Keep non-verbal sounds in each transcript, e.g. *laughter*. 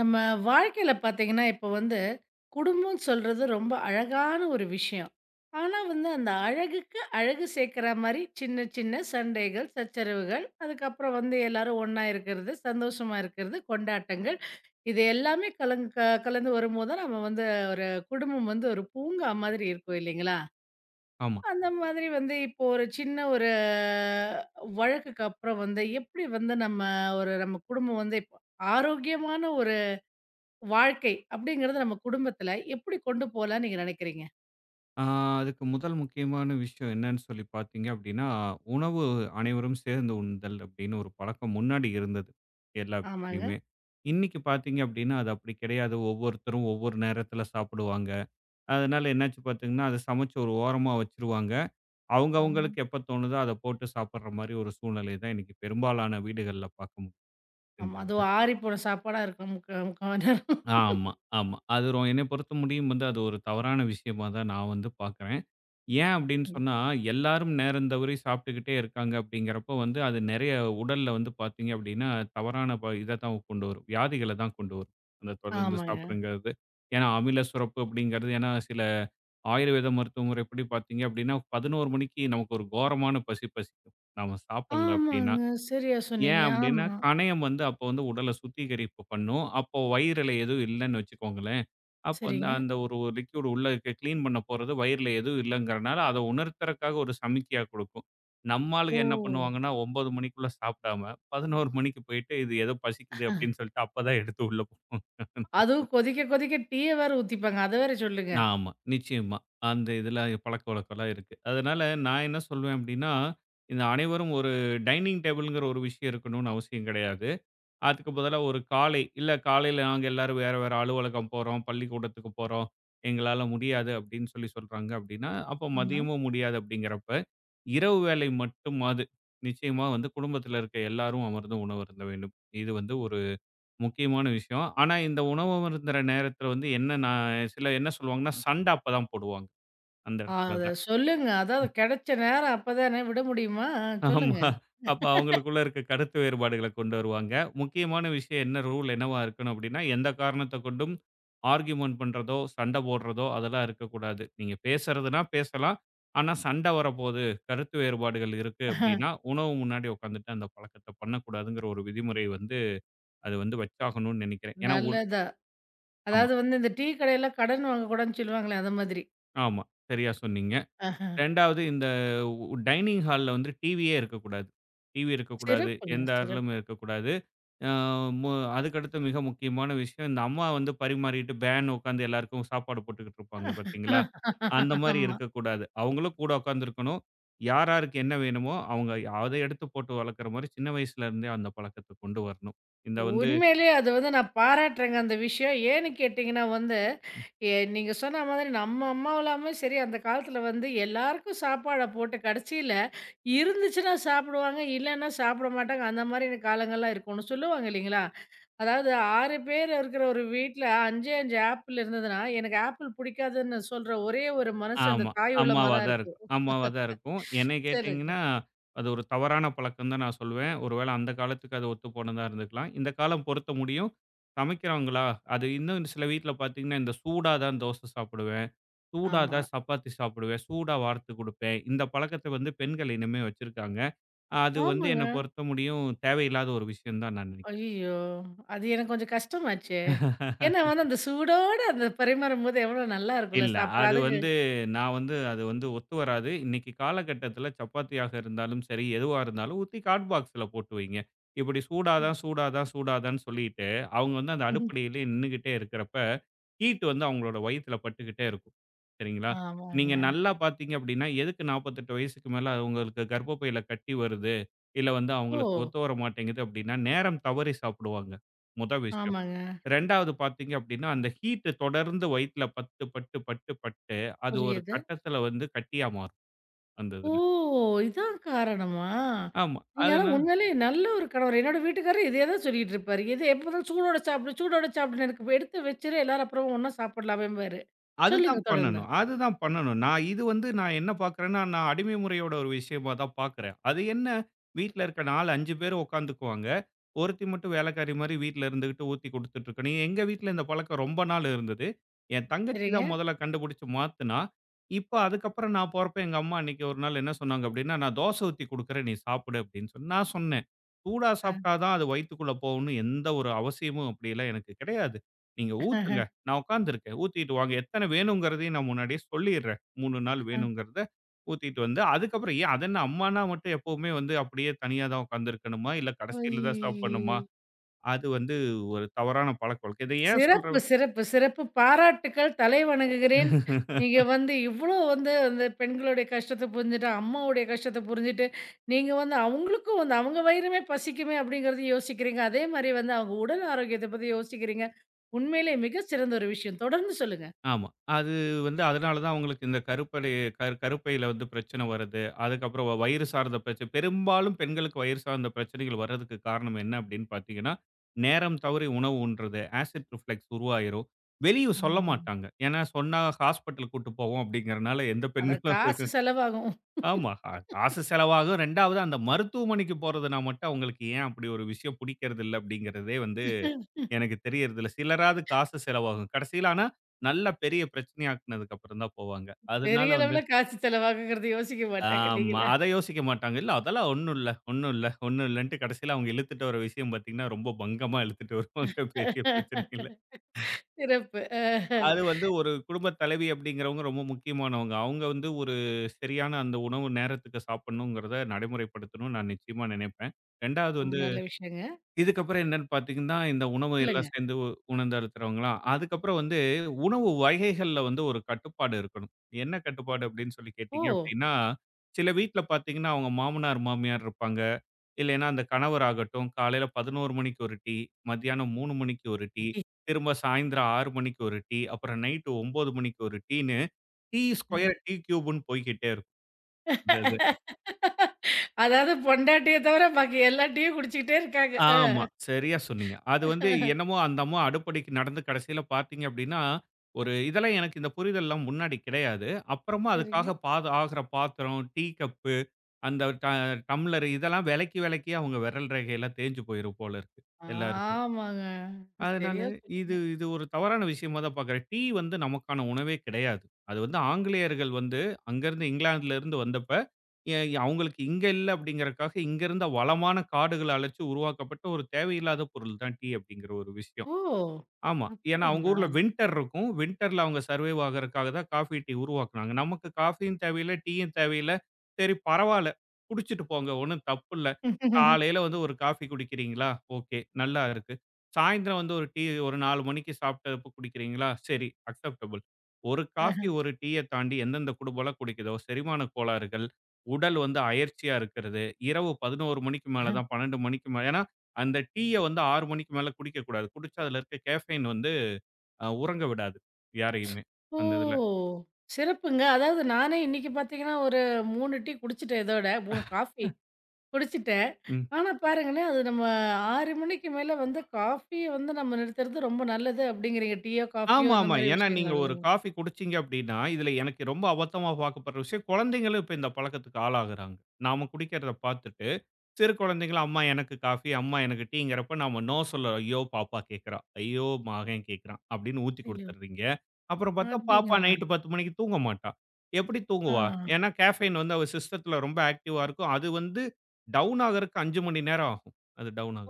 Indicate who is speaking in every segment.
Speaker 1: நம்ம வாழ்க்கையில பார்த்தீங்கன்னா, இப்போ வந்து குடும்பம் சொல்றது ரொம்ப அழகான ஒரு விஷயம். ஆனா வந்து அந்த அழகுக்கு அழகு சேர்க்கிற மாரி சின்ன சின்ன சண்டைகள், சச்சரவுகள், அதுக்கப்புறம் வந்து எல்லாரும் ஒண்ணா இருக்கிறது, சந்தோஷமா இருக்கிறது, கொண்டாட்டங்கள். இது எல்லாமே கலங் க கலந்து வரும்போது தான் நம்ம வந்து ஒரு குடும்பம் வந்து ஒரு பூங்கா மாதிரி இருக்கும் இல்லைங்களா?
Speaker 2: ஆமா.
Speaker 1: அந்த மாதிரி வந்து இப்போ ஒரு சின்ன ஒரு வழக்குக்கு அப்புறம் வந்து எப்படி வந்து நம்ம ஒரு நம்ம குடும்பம் வந்து இப்போ ஆரோக்கியமான ஒரு வாழ்க்கை அப்படிங்கிறது நம்ம குடும்பத்துல எப்படி கொண்டு போலாம்னு நீங்க நினைக்கிறீங்க?
Speaker 2: ஆ அதுக்கு முதல் முக்கியமான விஷயம் என்னன்னு சொல்லி பார்த்தீங்க அப்படின்னா, உணவு அனைவரும் சேர்ந்து உண்ணுதல் அப்படின்னு ஒரு பழக்கம் முன்னாடி இருந்தது. எல்லா
Speaker 1: ஆமாங்க.
Speaker 2: வீட்லயுமே. இன்னைக்கு பார்த்தீங்க அப்படின்னா, அது அப்படி கிடையாது. ஒவ்வொருத்தரும் ஒவ்வொரு நேரத்தில சாப்பிடுவாங்க. அதனால என்னாச்சு பார்த்தீங்கன்னா, அத சமைச்சு ஒரு ஓரமா வச்சுருவாங்க. அவங்க
Speaker 1: ஆமா,
Speaker 2: அவங்களுக்கு எப்ப தோணுதோ அத போட்டு சாப்பிடுற மாரி ஒரு சூழ்நிலை தான் இன்னைக்கு பெரும்பாலான வீடுகள்ல பார்க்க முடியுது இந்த
Speaker 1: ஆமா.
Speaker 2: இதுல.
Speaker 1: அதுவும் ஆறிப்போன சாப்பாடா இருக்கும் முக்கா முக்காவாசி நேரம்.
Speaker 2: ஆமா, ஆமா. அது என்னை பொறுத்த முடியும் வந்து அது ஒரு தவறான விஷயமா தான் நான் வந்து பார்க்குறேன். ஏன் அப்படின்னு
Speaker 1: ம்.
Speaker 2: சொன்னா, எல்லாரும் நேரம் தவறி சாப்பிட்டுக்கிட்டே இருக்காங்க அப்படிங்கிறப்போ வந்து, அது நெறைய உடல்ல வந்து பார்த்தீங்க அப்படின்னா, தவறான இத தான் கொண்டு வரும். வியாதிகள தான் கொண்டு வரும். அந்த தொடர்ந்து
Speaker 1: ஆமாங்க.
Speaker 2: சாப்பிடுங்கிறது. ஏன்னா, அமில சுரப்பு அப்படிங்கிறது ஏன்னா சில ஆயுர்வேத மருத்துவ முறைப்படி பார்த்தீங்க அப்படின்னா, 11 மணிக்கு நமக்கு ஒரு கோரமான பசி பசிக்கும். நாம சாப்பிடல அப்படின்னா
Speaker 1: ஆமாங்க. சரியா
Speaker 2: ஏன்
Speaker 1: சொன்னீங்க.
Speaker 2: அப்படின்னா,
Speaker 1: ஆமா.
Speaker 2: கணையம் வந்து அப்போ வந்து உடல சுத்திகரிப்பு பண்ணும். அப்போ வயிறுல எதுவும் இல்லன்னு வச்சுக்கோங்களேன். அப்போ வந்து
Speaker 1: சரிங்க.
Speaker 2: அந்த ஒரு லிக்விட் உள்ள கிளீன் பண்ண போறது வயிறுல எதுவும் இல்லங்கிறனால, அத உணர்த்துறக்காக ஒரு சமிக்கையா குடுக்கும். நம்ம ஆளுங்க என்ன
Speaker 1: ஓ!
Speaker 2: பண்ணுவாங்கன்னா, 9 மணிக்குள்ள சாப்பிடாம 11 மணிக்கு போயிட்டு, "இது ஏதோ பசிக்குது" அப்படின்னு சொல்லிட்டு அப்ப தான் எடுத்து உள்ள போடுவாங்க.
Speaker 1: அதுவும் கொதிக்க கொதிக்க டீய வேற ஊத்திப்பாங்க. அத வேற சொல்லுங்க.
Speaker 2: ஆமா, நிச்சயமா. அந்த இதுல பழக்கவழக்கம்லாம் இருக்கு. அதனால நான் என்ன சொல்வேன் அப்படின்னா, இந்த அனைவரும் ஒரு டைனிங் டேபிள்ங்கிற ஒரு விஷயம் இருக்கணும்னு அவசியம் கிடையாது. அதுக்கு பதிலா ஒரு காலை, இல்ல காலையில நாங்க எல்லாரும் வேற வேற அலுவலகம் போறோம், பள்ளிக்கூடத்துக்கு போறோம். எங்களால முடியாது அப்படின்னு சொல்லி சொல்றாங்க அப்படின்னா, அப்போ
Speaker 1: ஆமா.
Speaker 2: மதியமும் முடியாது அப்படிங்கிறப்ப, இரவு வேளை மட்டுமாது நிச்சயமா வந்து குடும்பத்தில இருக்க எல்லாரும் அமர்ந்து உணவு அருந்த வேண்டும். இது வந்து ஒரு முக்கியமான விஷயம். ஆனா இந்த உணவு அருந்துற நேரத்தில வந்து என்ன நான் சில என்ன சொல்லுவாங்கன்னா, சண்டை அப்பதான் போடுவாங்க அந்த இடத்துல
Speaker 1: அத
Speaker 2: தான்.
Speaker 1: சொல்லுங்க. அதாவது கிடைச்ச நேரம் அப்பதானே விட முடியுமா? ஆ
Speaker 2: ஆமா.
Speaker 1: சொல்லுங்க.
Speaker 2: அப்ப அவங்களுக்குள்ள இருக்க கருத்து வேறுபாடுகள கொண்டு வருவாங்க. முக்கியமான விஷயம் என்ன ரூல் என்னவா இருக்கணும் அப்டின்னா, எந்த காரணத்த கொண்டும் ஆர்கியுமென்ட் பண்றதோ, சண்ட போடுறதோ அதெல்லாம் இருக்கக்கூடாது. நீங்க பேசுறதுனா பேசலாம். ஆனா சண்ட வரப்போது, கருத்து வேறுபாடுகள் இருக்கு அப்டின்னா, உணவு முன்னாடி உட்காந்துட்டு அந்த பழக்கத்த பண்ணக்கூடாதுங்கிற ஒரு விதிமுறை வந்து அது வந்து வச்சாகணும்னு நெனைக்கிறேன். ஏன்னா
Speaker 1: நல்லதா.
Speaker 2: ஆமா,
Speaker 1: அதாவது வந்து இந்த டீ கடையில கடன் வாங்கக்கூடாதுன்னு சொல்லுவாங்களே, அந்த மாதிரி.
Speaker 2: ஆமா. சரியா சொன்னீங்க.
Speaker 1: ஆஹ.
Speaker 2: 2வது இந்த டைனிங் ஹால்ல வந்து டிவியே இருக்கக்கூடாது. டிவி இருக்கக்கூடாது.
Speaker 1: சிறப்புங்க,
Speaker 2: எந்த அறையிலும்
Speaker 1: சிறப்பு.
Speaker 2: இருக்கக்கூடாது. அ மு அதுக்கடுத்து மிக முக்கியமான விஷயம், இந்த அம்மா வந்து பரிமாறிட்டு பேன்னு உட்காந்து எல்லாருக்கும் சாப்பாடு போட்டுக்கிட்டு இருப்பாங்க பார்த்தீங்களா? அந்த மாரி
Speaker 1: ஆமா.
Speaker 2: இருக்கக்கூடாது. அவங்களும் கூட உட்காந்துருக்கணும். யார் யாருக்கு என்ன வேணுமோ, அவங்க அத எடுத்து போட்டு வளர்க்குற மாரி சின்ன வயசுல இருந்தே அந்த பழக்கத்த கொண்டு வரணும். இந்த வந்து
Speaker 1: உண்மையிலேயே அது வந்து நான் பாராட்டுறேங்க அந்த விஷயம். ஏன்னு கேட்டிங்கன்னா வந்து, நீங்க சொன்ன மாதிரி நம்ம அம்மாவெல்லாமே சரி அந்த காலத்தில வந்து எல்லாருக்கும் சாப்பாட போட்டு கடைசியில இருந்துச்சுன்னா சாப்பிடுவாங்க, இல்லன்னா சாப்பிட மாட்டாங்க. அந்த மாரியான காலங்கள்லாம் இருக்கும். ஒண்ணு சொல்லுவாங்க இல்லைங்களா? அதாவது 6 பேர் இருக்கிற ஒரு வீட்ல 5 ஆப்பிள் இருந்ததுன்னா, எனக்கு ஆப்பிள் பிடிக்காதுன்னு சொல்ற ஒரே ஒரு மனசு அந்த
Speaker 2: ஆமா.
Speaker 1: தாய் உள்ளமா
Speaker 2: அம்மாவா
Speaker 1: தான்
Speaker 2: தான்
Speaker 1: இருக்கும்.
Speaker 2: இருக்கும் அம்மாவா தான் இருக்கும். என்னை
Speaker 1: சொல்லுங்க.
Speaker 2: கேட்டீங்கன்னா, அது ஒரு தவறான பழக்கம் தான் நான் சொல்லுவேன். ஒருவேள அந்த காலத்துக்கு அது ஒத்து போனதா இருந்துக்கலாம். இந்த காலம் பொருத்த முடியும். சமைக்கிறவங்களா, அது இன்னும் சில வீட்ல பார்த்தீங்கன்னா, இந்த சூடா தான் தோசை சாப்பிடுவேன். சூடா
Speaker 1: ஆமா.
Speaker 2: தான் சப்பாத்தி சாப்பிடுவேன். சூடா வார்த்து குடுப்பேன். இந்த பழக்கத்த வந்து பெண்கள் இன்னுமே வச்சிருக்காங்க. அது வந்து
Speaker 1: ஆமாங்க.
Speaker 2: என்ன பொறுத்த முடியும் தேவையில்லாத ஒரு விஷயம் தான் நான் நினைக்கிறேன்.
Speaker 1: ஐயய்யோ! அது எனக்கு கொஞ்சம் கஷ்டமாச்சே! ஏன்னா வந்து அந்த சூடோட அந்த பரிமாறும்போது எவ்வளோ நல்லா இருக்கும்ல
Speaker 2: இல்ல.
Speaker 1: சாப்பிட.
Speaker 2: அது
Speaker 1: அதுக்கு
Speaker 2: வந்து நான் வந்து அது வந்து ஒத்து வராது. இன்னைக்கு காலகட்டத்தில சப்பாத்தியாக இருந்தாலும் சரி, எதுவா இருந்தாலும் ஊத்தி ஹாட் பாக்ஸ்ல போட்டு வைங்க. இப்படி
Speaker 1: ம்,
Speaker 2: சூடாதான், சூடாதான், சூடாதான்னு சொல்லிட்டு, அவங்க வந்து அந்த
Speaker 1: ம்ஹ்ம்.
Speaker 2: அடுப்படியிலேயே நின்னுகிட்டே இருக்கிறப்ப, ஹீட் வந்து அவங்களோட வயித்துல பட்டுக்கிட்டே இருக்கும். சரிங்களா? நீங்க
Speaker 1: ஆமாங்க.
Speaker 2: நல்லா பார்த்தீங்க அப்படின்னா, எதுக்கு 48 வயசுக்கு மேல அவங்களுக்கு கர்ப்பப்பையில கட்டி வருது, இல்ல வந்து
Speaker 1: ஓ!
Speaker 2: அவங்களுக்கு ஒத்து வர மாட்டேங்குது அப்படின்னா, நேரம் தவறி சாப்பிடுவாங்க. முத விஷயம்.
Speaker 1: ஆமாங்க.
Speaker 2: 2வது பார்த்தீங்க அப்படின்னா, அந்த ஹீட் தொடர்ந்து வயித்துல பட்டு, பட்டு, பட்டு, பட்டு அது ஒரு
Speaker 1: புரியுது.
Speaker 2: கட்டத்துல வந்து கட்டியா மாறும் அந்த
Speaker 1: ஓ!
Speaker 2: இதுல.
Speaker 1: இதான் காரணமா?
Speaker 2: ஆமா.
Speaker 1: நீங்க ஆனா
Speaker 2: அதனா
Speaker 1: உண்மையிலேயே நல்ல ஒரு கணவர். என்னோட வீட்டுக்காரரும் இதே தான் சொல்லிட்டு இருப்பாரு. "எது எப்ப பார்த்தாலும் சூடோட சாப்பிடு, சூடோட சாப்பிடுன்னு எனக்கு இப்ப எடுத்து வச்சுரு எல்லாரும் அப்புறம் ஒண்ணா சாப்பிடலாம்" அப்படிம்பாரு.
Speaker 2: அதுதான்
Speaker 1: சொல்லுங்க தொடர்ந்து.
Speaker 2: பண்ணணும் அதுதான் பண்ணணும். நான் இது வந்து நான் என்ன பார்க்கிறேன்னா, நான் அடிமை முறையோட ஒரு விஷயமா தான் பார்க்கிறேன். அது என்ன வீட்ல இருக்க 4, 5 பேர் உட்காந்துக்குவாங்க. ஒருத்தி மட்டும் வேலைக்காரி மாரி வீட்ல இருந்துகிட்டு ஊத்தி குடுத்துட்டு இருக்கணும். எங்க வீட்ல இந்த பழக்கம் ரொம்ப நாள் இருந்தது. என் தங்கச்சி
Speaker 1: சரிங்க.
Speaker 2: தான் முதல்ல கண்டுபிடிச்சு மாத்துனா. இப்ப அதுக்கப்புறம் நான் போறப்ப எங்க அம்மா அன்னைக்கு ஒரு நாள் என்ன சொன்னாங்க அப்படின்னா, "நான் தோசை ஊத்தி குடுக்குறேன். நீ சாப்பிடு" அப்படின்னு நான் சொன்னேன். "சூடா
Speaker 1: ஆ.
Speaker 2: சாப்பிட்டா தான் அது வயித்துக்குள்ள போகும்னு எந்த ஒரு அவசியமும் அப்படியெல்லாம் எனக்கு கிடையாது. நீங்க ஊத்துங்க. நான் உட்காந்துருக்கேன். ஊத்திட்டு வாங்க. எத்தன வேணுங்கிறதையும் நான் முன்னாடியே சொல்லிர்றேன். 3 நாள் வேணுங்கிறத ஊத்திட்டு வந்து, அதுக்கப்புறம் ஏன் அதென்ன அம்மான்னா மட்டும் எப்பவுமே வந்து அப்படியே தனியா தான் உட்காந்துருக்கணுமா? இல்ல கடைசியில தான்
Speaker 1: ஐயய்யோ!
Speaker 2: சாப்பிடணுமா? அது வந்து ஒரு தவறான பழக்கவழக்கம். இத ஏன்
Speaker 1: சிறப்பு, சிறப்பு, சிறப்பு. பாராட்டுக்கள். தலை வணங்குகிறேன்.
Speaker 2: சொல்றேன்.
Speaker 1: நீங்க வந்து இவ்ளோ வந்து அந்த பெண்களுடைய கஷ்டத்த புரிஞ்சுட்டு, அம்மாவுடைய கஷ்டத்த புரிஞ்சுட்டு, நீங்க வந்து அவங்களுக்கும் வந்து அவங்க வயிறுமே பசிக்குமே அப்படிங்கிறது யோசிக்கிறீங்க. அதே மாரி வந்து அவங்க உடல் ஆரோக்கியத்த பத்தி யோசிக்கிறீங்க. உண்மையிலே மிக சிறந்த ஒரு விஷயம். தொடர்ந்து சொல்லுங்க.
Speaker 2: ஆமா. அது வந்து அதனால தான் அவங்களுக்கு இந்த கருப்படை கரு கருப்பையில வந்து பிரச்சனை வருது. அதுக்கப்புறம் வயிறு சார்ந்த பிரச்சனை பெரும்பாலும் பெண்களுக்கு வயிறு சார்ந்த பிரச்சனைகள் வர்றதுக்கு காரணம் என்ன அப்படின்னு பார்த்தீங்கன்னா, நேரம் தவறி உணவு உண்றது, ஆசிட் ரிஃப்ளெக்ஸ் உருவாயிரும். வெளிய சொல்ல
Speaker 1: ஆமாங்க.
Speaker 2: மாட்டாங்க. ஏன்னா சொன்னா ஹாஸ்பிட்டல் கூட்டு போவோம் அப்படிங்கிறனால எந்த
Speaker 1: அத
Speaker 2: பெண்களும்
Speaker 1: காசு
Speaker 2: அதுக்கு-
Speaker 1: செலவாகும்.
Speaker 2: ஆமா. அ காசு செலவாகும். 2வது அந்த மருத்துவமனைக்கு போறதுனா மட்டும் அவங்களுக்கு ஏன் அப்படி ஒரு விஷயம் பிடிக்கிறது இல்ல அப்படிங்கிறதே எனக்கு தெரியறதில்ல. சிலராவது காசு செலவாகும். கடைசியில ஆனா, நல்ல பெரிய பிரச்சனையாக்குனதுக்கு அப்புறம் தான் போவாங்க. அதனால
Speaker 1: பெரிய
Speaker 2: வந்து
Speaker 1: அளவுல காசு செலவாகுங்கிறத யோசிக்க மாட்டாங்க
Speaker 2: ஆமா.
Speaker 1: இல்லைங்களா?
Speaker 2: அத யோசிக்க மாட்டாங்க. "இல்ல அதெல்லாம் ஒண்ணும் இல்ல, ஒண்ணும் இல்ல, ஒண்ணும் இல்லன்ட்டு" கடைசியில அவங்க இழுத்துட்டு வர விஷயம் பார்த்தீங்கன்னா, ரொம்ப பங்கமா இழுத்துட்டு வருவாங்க. *laughs* பெரிய பிரச்சனையில.
Speaker 1: சிறப்பு. அஹ.
Speaker 2: அது வந்து ஒரு குடும்ப தலைவி அப்படிங்கிறவங்க ரொம்ப முக்கியமானவங்க. அவங்க வந்து ஒரு சரியான அந்த உணவு நேரத்துக்கு சாப்பிடணுங்கிறத நடைமுறைப்படுத்தணும்னு நான் நிச்சயமா நினைப்பேன். 2வது
Speaker 1: ரொம்ப
Speaker 2: வந்து
Speaker 1: நல்ல விஷயங்க.
Speaker 2: இதுக்கப்புறம் என்னன்னு பார்த்தீங்கன்னா, இந்த உணவு எல்லாம்
Speaker 1: சொல்லுங்க.
Speaker 2: சேர்ந்து உணர்ந்தருத்துறவங்கலாம். அதுக்கப்புறம் வந்து உணவு வகைகள்ல வந்து ஒரு கட்டுப்பாடு இருக்கணும். என்ன கட்டுப்பாடு அப்படின்னு சொல்லி கேட்டீங்க
Speaker 1: ஓ!
Speaker 2: அப்படின்னா, சில வீட்ல பார்த்தீங்கன்னா, அவங்க மாமனார், மாமியார் இருப்பாங்க. இல்லைன்னா அந்த கணவர் ஆகட்டும், காலையில 11 மணிக்கு ஒரு டீ, மத்தியானம் 3 மணிக்கு ஒரு டீ, திரும்ப சாயந்திரம் 6 மணிக்கு ஒரு டீ, அப்புறம் நைட்டு 9 மணிக்கு ஒரு டீன்னு, டீ ஸ்கொயர், டீ கியூப்ன்னு போய்க்கிட்டே இருக்கும். இந்த
Speaker 1: அதாவது பொண்டாட்டிய தவிர பாக்கி எல்லா டீயும் குடிச்சுக்கிட்டே இருக்காங்க. அ.
Speaker 2: ஆமா. சரியா சொன்னீங்க. அது வந்து என்னமோ அந்த அம்மா அடுப்படிக்கு நடந்து கடைசியில பார்த்தீங்க அப்டின்னா, ஒரு இதெல்லாம் எனக்கு இந்த புரிதல்லாம் முன்னாடி கிடையாது. அப்புறமா
Speaker 1: சரிங்க.
Speaker 2: அதுக்காக பாத ஆகுற பாத்திரம், டீ கப்பு, அந்த ட டம்ளர் இதெல்லாம் வெலக்கி வெலக்கி அவங்க விரல் ரேகையெல்லாம் தேஞ்சு போயிரும் போல இருக்கு. எல்லாருக்குமே.
Speaker 1: ஆமாங்க.
Speaker 2: அதனால
Speaker 1: சரியா
Speaker 2: இது
Speaker 1: சொன்னீங்க.
Speaker 2: இது ஒரு தவறான விஷயமா தான் பார்க்குறேன். டீ வந்து நமக்கான உணவே கிடையாது. அது வந்து ஆங்கிலேயர்கள் வந்து அங்கருந்து இங்கிலாந்துலருந்து வந்தப்ப, எ அவங்களுக்கு இங்க இல்ல அப்படிங்கிறக்காக இங்க இருந்த வளமான காடுகள அழிச்சு உருவாக்கப்பட்ட ஒரு தேவையில்லாத பொருள் தான் டீ அப்படிங்கிற ஒரு விஷயம்.
Speaker 1: ஓ!
Speaker 2: ஆமா. ஏன்னா அவங்க
Speaker 1: அப்படிங்களா?
Speaker 2: ஊர்ல வின்டர் இருக்கும். வின்டர்ல அவங்க சர்வைவ் ஆகுறதுக்காக தான் காஃபி, டீ உருவாக்குனாங்க. நமக்கு காஃபியும் தேவையில்ல, டீயும் தேவையில்ல. சரி பரவால்ல. குடிச்சிட்டு போங்க. ஒண்ணும் தப்பில்ல. காலையில வந்து ஒரு காஃபி குடிக்கிறீங்களா? ஓகே. நல்லா இருக்கு. சாயந்திரம் வந்து ஒரு டீ ஒரு 4 மணிக்கு சாப்பிட்டப்ப குடிக்கிறீங்களா? சரி. அக்செப்டபிள். ஒரு காஃபி,
Speaker 1: அஹ.
Speaker 2: ஒரு டீய தாண்டி எந்தெந்த குடும்பம்லாம் குடிக்குதோ, செரிமான கோளாறுகள், உடல் வந்து அயர்ச்சியா இருக்கிறது, இரவு 11 மணிக்கு மேல தான் 12 மணிக்கு மேல ஏன்னா அந்த டீய வந்து 6 மணிக்கு மேல குடிக்கக்கூடாது. குடிச்சா அதுல இருக்க கேஃபைன் வந்து உறங்க விடாது யாரையுமே, அந்த இதுல.
Speaker 1: ஓ! சிறப்புங்க. அதாவது நானே இன்னைக்கு பாத்தீங்கன்னா, ஒரு 3 டீ குடிச்சுட்டேன் இதோட. 3 காஃபி குடிச்சுட்டேன்.
Speaker 2: ம்.
Speaker 1: ஆனா பாருங்களேன், அது நம்ம 6 மணிக்கு மேல வந்து காஃபிய வந்து நம்ம நிறுத்துறது ரொம்ப நல்லது அப்படிங்கிறீங்க. டீயோ, காஃபியோ
Speaker 2: ஆமா,
Speaker 1: இந்த
Speaker 2: ஆமா.
Speaker 1: மாரி
Speaker 2: ஏன்னா நீங்க
Speaker 1: விஷயங்கள்
Speaker 2: ஒரு
Speaker 1: இல்லைங்க.
Speaker 2: காஃபி குடிச்சீங்க அப்படின்னா, இதுல எனக்கு ரொம்ப அபத்தமா பார்க்கப்படுற விஷயம், குழந்தைங்களும் இப்ப இந்த பழக்கத்துக்கு ஆளாகுறாங்க. நாம குடிக்கிறத பார்த்துட்டு. சிறு குழந்தைங்கள அம்மா எனக்கு காஃபி, அம்மா எனக்கு டீங்கிறப்ப நம்ம நோ சொல்ல ஐயோ! பாப்பா கேட்கிறா. ஐயோ! மகன் கேட்கிறான் அப்படின்னு ஊத்தி
Speaker 1: ஐயோ!
Speaker 2: குடுத்துடுறீங்க. அப்புறம் பார்த்தா பாப்பா
Speaker 1: அப்படிங்களா?
Speaker 2: நைட் 10 மணிக்கு தூங்க மாட்டா. எப்படி
Speaker 1: ஆ.
Speaker 2: தூங்குவா? ஏன்னா கேஃபைன் வந்து அவ சிஸ்டத்துல ரொம்ப ஆக்டிவா இருக்கும். அது வந்து டவுன் ஆகறக்கு 5 மணி நேரம் ஆகும். அது டவுன் ஆக.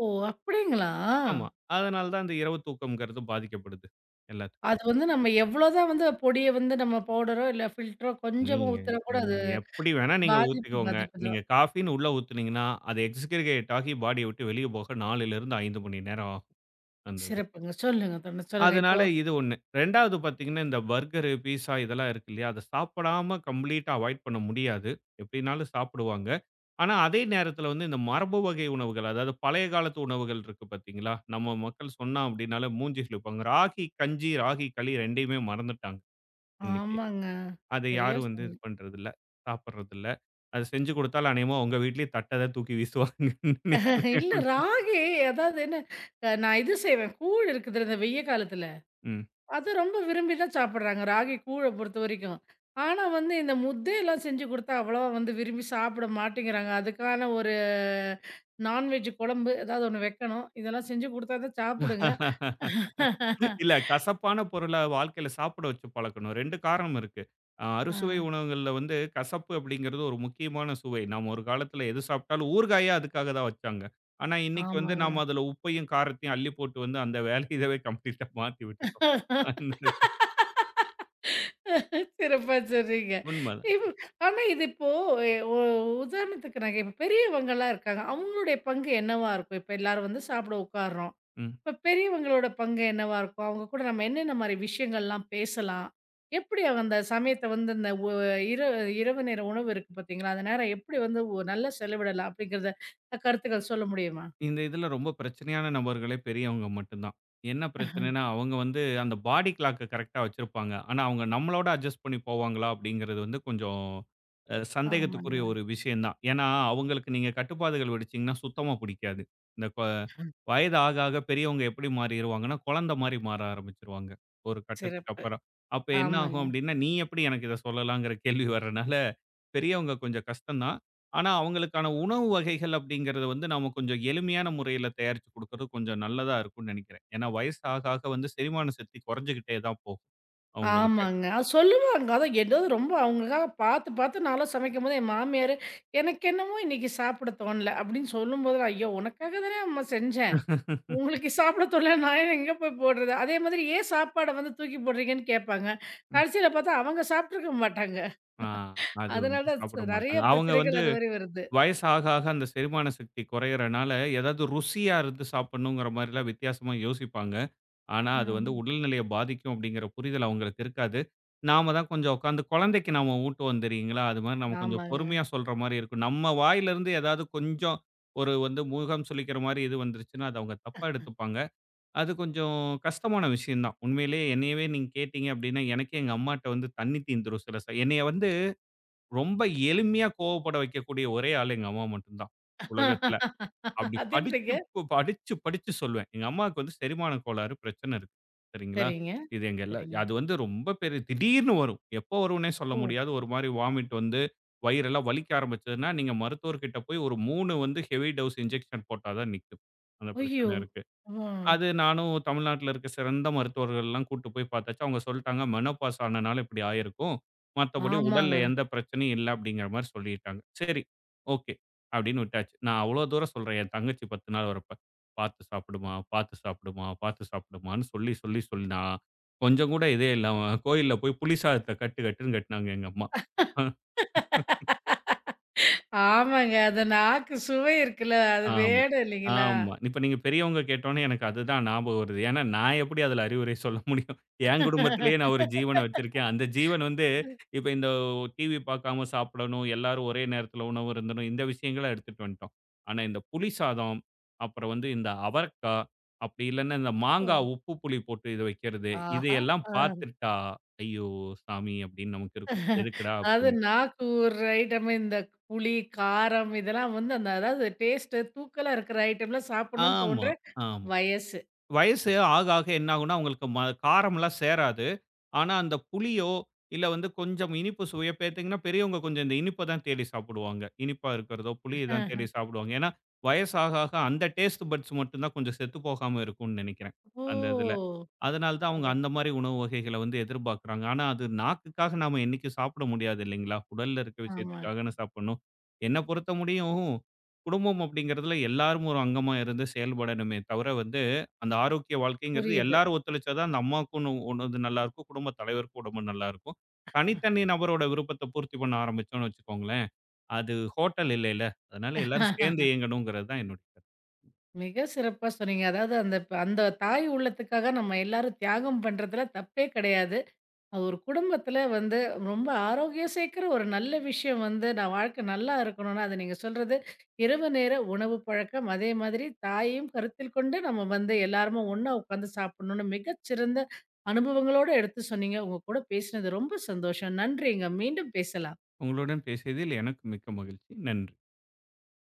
Speaker 1: ஓ! அப்படிங்களா?
Speaker 2: ஆமா. அதனால தான் அந்த இரவு தூக்கம்ங்கிறது பாதிக்கப்படுது. எல்லாத்துக்கும்.
Speaker 1: அது வந்து நம்ம எவ்வளோதான் வந்து பொடிய வந்து நம்ம பவுடரோ, இல்ல ஃபில்டரோ கொஞ்சமா
Speaker 2: நீங்க
Speaker 1: ஊத்துனா கூட
Speaker 2: நீ
Speaker 1: அது
Speaker 2: எப்படி வேணா நீங்க
Speaker 1: பாதிப்பு,
Speaker 2: ஊத்திக்கோங்க.
Speaker 1: பாதிப்பு தான்.
Speaker 2: நீங்க காஃபின்னு உள்ள ஊத்துனீங்கன்னா, அது எக்ஸ்கிரிகேட் ஆகி பாடிய விட்டு வெளிய போக 4லிருந்து 5 மணி நேரம் ஆகும். அந்த
Speaker 1: சிறப்புங்க. சொல்லுங்க தோழி. சொல்லுங்க. இப்போ
Speaker 2: அதனால இது 1. 2வது பார்த்தீங்கன்னா, இந்த பர்கரு, பீஸா இதெல்லாம் இருக்கு இல்லையா? அத சாப்பிடாம கம்ப்ளீட்டா அவாய்ட் பண்ண முடியாது. எப்படினாலும் சாப்பிடுவாங்க. ஆனா, அதே நேரத்தில வந்து இந்த மரபு வகை உணவுகள், அதாவது பழைய காலத்து உணவுகள் இருக்கு பார்த்தீங்களா? நம்ம மக்கள் சொன்னா அப்படின்னாலே மூஞ்சி சுளிப்பாங்க. ராகி கஞ்சி, ராகி களி 2யுமே மறந்துட்டாங்க இன்னைக்கு.
Speaker 1: ஆமாங்க.
Speaker 2: அத
Speaker 1: சரியா
Speaker 2: யாரும் வந்து இது
Speaker 1: சொன்னீங்க.
Speaker 2: பண்றதில்ல, சாப்பிடுறதில்ல. அது செஞ்சு குடுத்தாலும் அநேகமா உங்க வீட்லயும் தட்ட தான் தூக்கி வீசுவாங்கன்னு
Speaker 1: இல்ல
Speaker 2: நினைக்கிறேன்.
Speaker 1: ராகி அதாவது என்ன, நான் இது செய்வேன். கூழ் இருக்குது இந்த வெய்ய காலத்துல. அது ரொம்ப விரும்பி தான் சாப்பிடுறாங்க. ராகி கூழ பொறுத்தவரைக்கும். ஆனா வந்து இந்த முத்தையெல்லாம் செஞ்சு குடுத்தா அவ்வளவா வந்து விரும்பி சாப்பிட மாட்டேங்கிறாங்க. அதுக்கான ஒரு நான்வெஜ் குழம்பு ஏதாவது ஒண்ணு வைக்கணும். இதெல்லாம் செஞ்சு குடுத்தா தான்
Speaker 2: ம்.
Speaker 1: சாப்பிடுங்க.
Speaker 2: இல்ல கசப்பான பொருள வாழ்க்கையில சாப்பிட வச்சு பழக்கணும். 2 காரணம் இருக்கு. அ
Speaker 1: ஆ,
Speaker 2: அறுசுவை உணவுகள்ல வந்து கசப்பு அப்படிங்கிறது ஒரு முக்கியமான சுவை. நாம ஒரு காலத்துல எது சாப்பிட்டாலும் ஊறுகாயே அதுக்காக தான் வச்சாங்க. ஆனா இன்னைக்கு வந்து
Speaker 1: ஆமாங்க.
Speaker 2: நாம அதுல உப்பையும், காரத்தையும் அள்ளி போட்டு வந்து அந்த வேலை இதவே கம்ப்ளீட்டா மாத்தி விட்டுட்டோம். அந்த
Speaker 1: சிறப்பா சொல்றீங்க.
Speaker 2: உண்மதான்.
Speaker 1: இப் ஆனா இது இப்போ எ ஒ உதாரணத்துக்கு நாங்க இப்ப பெரியவங்கலாம் இருக்காங்க. அவங்களுடைய பங்கு என்னவா இருக்கும்? இப்ப எல்லாரும் வந்து சாப்பிட உட்கார்றோம்.
Speaker 2: ம்.
Speaker 1: இப்ப பெரியவங்களோட பங்கு என்னவா இருக்கும்? அவங்க கூட நம்ம என்னென்ன மாரி விஷயங்கள்லாம் பேசலாம்? எப்படி அவங்க அந்த சமயத்த வந்து இந்த இரவு இரவு நேர உணவு இருக்கு பார்த்தீங்களா? அந்த நேரம் எப்படி வந்து நல்லா செலவிடலாம் அப்படிங்கிறத கருத்துக்கள் சொல்ல முடியுமா?
Speaker 2: இந்த இதுல ரொம்ப பிரச்சனையான நபர்களே பெரியவங்க மட்டும் தான். என்ன பிரச்சனைன்னா, அவங்க வந்து அந்த பாடி கிளாக்க கரெக்ட்டா வச்சிருப்பாங்க. ஆனா, அவங்க நம்மளோட அட்ஜஸ்ட் பண்ணி போவாங்களா? அப்படிங்கிறது வந்து கொஞ்சம் அ சந்தேகத்துக்குரிய
Speaker 1: ஆமாங்க.
Speaker 2: ஒரு விஷயம் தான். ஏன்னா, அவங்களுக்கு நீங்க கட்டுப்பாடுகள் விதிச்சீங்கன்னா சுத்தமா பிடிக்காது. இந்த கொ வயது ஆக ஆக பெரியவங்க எப்படி மாறிருவாங்கன்னா, குழந்தை மாரி மாற ஆரம்பிச்சுருவாங்க, ஒரு கட்டத்துக்கு
Speaker 1: சிறப்பு.
Speaker 2: அப்புறம். அப்ப என்ன ஆகும்
Speaker 1: ஆமாங்க.
Speaker 2: அப்படின்னா, "நீ எப்படி எனக்கு இத சொல்லலாங்கிற?" கேள்வி வர்றனால பெரியவங்க கொஞ்சம் கஷ்டம் தான். ஆனா, அவங்களுக்கான உணவு வகைகள் அப்படிங்கிறது வந்து நாம கொஞ்சம் எளிமையான முறையில தயாரிச்சு குடுக்குறது கொஞ்சம் நல்லதா இருக்கும்னு நெனைக்கிறேன். ஏன்னா வயசு ஆக, ஆக வந்து செரிமான சக்தி குறைஞ்சுகிட்டே தான் போகும் அவங்களுக்கு.
Speaker 1: ஆமாங்க. அது சொல்லுவாங்க. அதான் ஏதோ ரொம்ப அவங்களுக்காக பார்த்து, பார்த்து நான்லாம் சமைக்கும்போது என் மாமியாரு, "எனக்கு என்னமோ இன்னைக்கு சாப்பிட தோணல" அப்படின்னு சொல்லும்போதெல்லாம், "ஐயோ! உனக்காக தானே அம்மா செஞ்சேன்." உங்களுக்கு சாப்பிட தோணல, நான் எங்க போய் போடுறது? அதே மாதிரி ஏன் சாப்பாட வந்து தூக்கி போடுறீங்கன்னு கேட்பாங்க.
Speaker 2: ம்.
Speaker 1: கடைசியில பார்த்தா அவங்க சாப்பிட்டுருக்க மாட்டாங்க.
Speaker 2: ஆ அது வந்து
Speaker 1: அதனால
Speaker 2: சாப்பிட
Speaker 1: நெறைய
Speaker 2: மாட்டாங்க. அவங்க
Speaker 1: பிரச்சனைகள்
Speaker 2: வந்து
Speaker 1: அதுவரை வருது.
Speaker 2: வயசு ஆக, ஆக அந்த செரிமான சக்தி குறையறனால, ஏதாவது ருசியா இருந்து சாப்பிடணுங்கிற மாரிலாம் வித்தியாசமா யோசிப்பாங்க. ஆனா, அது வந்து
Speaker 1: ம்.
Speaker 2: உடல்நிலைய பாதிக்கும் அப்படிங்கிற புரிதல் அவங்களுக்கு இருக்காது. நாம தான் கொஞ்சம் உட்காந்து குழந்தைக்கு நாம ஊட்டுவோம் தெரியுங்களா? அது மாரி நம்ம கொஞ்சம்
Speaker 1: ஆமாங்க.
Speaker 2: பொறுமையா சொல்ற மாரி இருக்கும். நம்ம வாயிலிருந்து ஏதாவது கொஞ்சம் ஒரு வந்து மூகம் சுளிக்கிற மாரி இது வந்துருச்சுன்னா, அது அவங்க தப்பா எடுத்துப்பாங்க. அது கொஞ்சம் கஷ்டமான விஷயம் தான். உண்மையிலேயே என்னையவே நீங்க கேட்டீங்க அப்படின்னா, எனக்கே எங்க அம்மாட்ட வந்து தண்ணி தீந்துரும் சில என்னைய வந்து ரொம்ப எளிமையா கோவப்பட வைக்கக்கூடிய ஒரே ஆள் எங்க அம்மா மட்டும் தான், உலகத்துல. அப்படி
Speaker 1: *laughs* அது
Speaker 2: படிச்சு
Speaker 1: எப்படிங்க?
Speaker 2: படிச்சு படிச்சு சொல்லுவேன். எங்க அம்மாவுக்கு வந்து செரிமான கோளாறு பிரச்சனை இருக்கு. சரிங்களா?
Speaker 1: சரிங்க,
Speaker 2: இது எங்க
Speaker 1: சரிங்க.
Speaker 2: அது வந்து ரொம்ப பெரிய திடீர்னு வரும். எப்போ வரும்னே சொல்ல
Speaker 1: ஓ!
Speaker 2: முடியாது. ஒரு மாரி வாமிட் வந்து வயிறெல்லாம் வலிக்க ஆரம்பிச்சதுன்னா, நீங்க மருத்துவர்கிட்ட போய் ஒரு 3 வந்து ஹெவி டோஸ் இன்ஜெக்ஷன் போட்டா தான் நிக்கும். அந்த
Speaker 1: ஐயோ!
Speaker 2: பிரச்சனை இருக்கு.
Speaker 1: ம்.
Speaker 2: அது நானும் தமிழ்நாட்டுல இருக்க சிறந்த மருத்துவர்கள்லாம் கூட்டு போய் பார்த்தாச்சு. அவங்க சொல்ட்டாங்க, "மெனோபாஸ் ஆனனால இப்படி ஆயிருக்கும். மத்தபடி உடல்ல
Speaker 1: ஆமாங்க.
Speaker 2: எந்த பிரச்சனையும் இல்ல." அப்படிங்கிற மாரி சொல்லிட்டாங்க. "சரி, ஓகே." அப்படின்னு விட்டாச்சு. நான் அவ்வளோ தூரம் சொல்றேன். என் தங்கச்சி 10 நாள் வரப்ப, "பார்த்து சாப்பிடுமா, பார்த்து சாப்பிடுமா, பார்த்து சாப்பிடுமான்னு" சொல்லி, சொல்லி, சொல்லி நான் கொஞ்சம் கூட இதே இல்லாம கோயில்ல போய் புளி சாதத்த கட்டு கட்டுன்னு கட்டுனாங்க எங்க அம்மா.
Speaker 1: ஆமாங்க. அந்த நாக்கு சுவை இருக்குல்ல, அது
Speaker 2: ஆமா,
Speaker 1: வேணும் இல்லைங்களா?
Speaker 2: ஆமா. இப்ப நீங்க பெரியவங்க கேட்டோனே எனக்கு அதுதான் ஞாபகம் வருது. ஏன்னா, நான் எப்படி அதுல அறிவுரை சொல்ல முடியும்? என் குடும்பத்திலேயே நான் ஒரு ஜீவன வச்சிருக்கேன். அந்த ஜீவன் வந்து இப்ப இந்த டிவி பார்க்காம சாப்பிடணும், எல்லாரும் ஒரே நேரத்துல உணவு அருந்தணும், இந்த விஷயங்கள எடுத்துட்டு வந்துட்டோம். ஆனா, இந்த புளி சாதம், அப்புறம் வந்து இந்த அவரக்கா, அப்படி இல்லன்னா இந்த
Speaker 1: ஓ!
Speaker 2: மாங்கா உப்பு புளி போட்டு இத வைக்கிறது.
Speaker 1: ஆஹா!
Speaker 2: இதையெல்லாம்
Speaker 1: ஆ.
Speaker 2: பார்த்துட்டா, "ஐயோ! சாமி" அப்படின்னு நமக்கு இருக்கும். எதுக்குடா
Speaker 1: அது
Speaker 2: அப்படின்னு.
Speaker 1: நாக்கு ஊர்ற ஐட்டம் இந்த புளி, காரம் இதெல்லாம் வந்து அந்த அதாவது டேஸ்ட்டு தூக்கலா இருக்கிற ஐட்டம்லாம் சாப்பிடணும்னு தோன்ற
Speaker 2: ஆமா, ஆமா.
Speaker 1: வயசு.
Speaker 2: வயசு ஆக, ஆக என்ன ஆகும்னா, உங்களுக்கு காரம்லாம் சேராது. ஆனா, அந்த புளியோ, இல்ல வந்து கொஞ்சம் இனிப்பு சுவையோ பார்த்தீங்கன்னா, பெரியவங்க கொஞ்சம் இந்த இனிப்ப தான் தேடி சாப்பிடுவாங்க. இனிப்பா இருக்கிறதோ, புளிய தான் தேடி சாப்பிடுவாங்க. ஏன்னா, வயசு ஆக, ஆக அந்த டேஸ்ட் பட்ஸ் மட்டும் தான் கொஞ்சம் செத்து போகாம இருக்கும்னு நெனைக்கிறேன்.
Speaker 1: ஓ!
Speaker 2: அந்த இதுல. அதனால தான் அவங்க
Speaker 1: சிறப்பு.
Speaker 2: அந்த மாதிரி உணவு வகைகள வந்து எதிர்பார்க்குறாங்க. ஆனா அது நாக்குக்காக நாம என்னைக்கும் சாப்பிட முடியாது இல்லைங்களா? உடல்ல இருக்க
Speaker 1: ஆமா.
Speaker 2: விஷயத்துக்காகன்னு சாப்பிடணும். என்ன பொறுத்த முடியும், குடும்பம் அப்படிங்கிறதுல எல்லாரும் ஒரு அங்கமா இருந்து செயல்படணுமே தவிர வந்து, அந்த ஆரோக்கிய வாழ்க்கைங்கிறது
Speaker 1: புரியுது.
Speaker 2: எல்லாரும் ஒத்துழைச்சா தான் அந்த அம்மாவுக்கும் உணவு நல்லாயிருக்கும், குடும்ப தலைவருக்கும் உடம்பு நல்லாயிருக்கும். தனித்தனி நபரோட விருப்பத்த பூர்த்தி பண்ண ஆரம்பிச்சோம்னு வச்சுக்கோங்களேன், அது ஹோட்டல் இல்லைல்ல. அதனால எல்லாரும் சேர்ந்து இயங்கணுங்கிறது தான் என்னுடைய கருத்து.
Speaker 1: மிக சிறப்பா சொன்னீங்க. அதாவது அந்த அந்த தாய் உள்ளத்துக்காக நம்ம எல்லாரும் தியாகம் பண்றதுல தப்பே கிடையாது. அது ஒரு குடும்பத்தில வந்து ரொம்ப ஆரோக்கியம் சேர்க்கிற ஒரு நல்ல விஷயம் வந்து, நான் வாழ்க்கை நல்லா இருக்கணும்னா, அது நீங்க சொல்றது இரவு நேர உணவு பழக்கம். அதே மாதிரி தாயையும் கருத்தில் கொண்டு நம்ம வந்து எல்லாருமே ஒண்ணா உட்காந்து சாப்பிடணும்னு மிகச்சிறந்த அனுபவங்களோட எடுத்து சொன்னீங்க. உங்க கூட பேசினது ரொம்ப சந்தோஷம். நன்றிங்க. மீண்டும் பேசலாம்.
Speaker 2: உங்களுடன் பேசியதில் எனக்கு மிக்க மகிழ்ச்சி. நன்றி.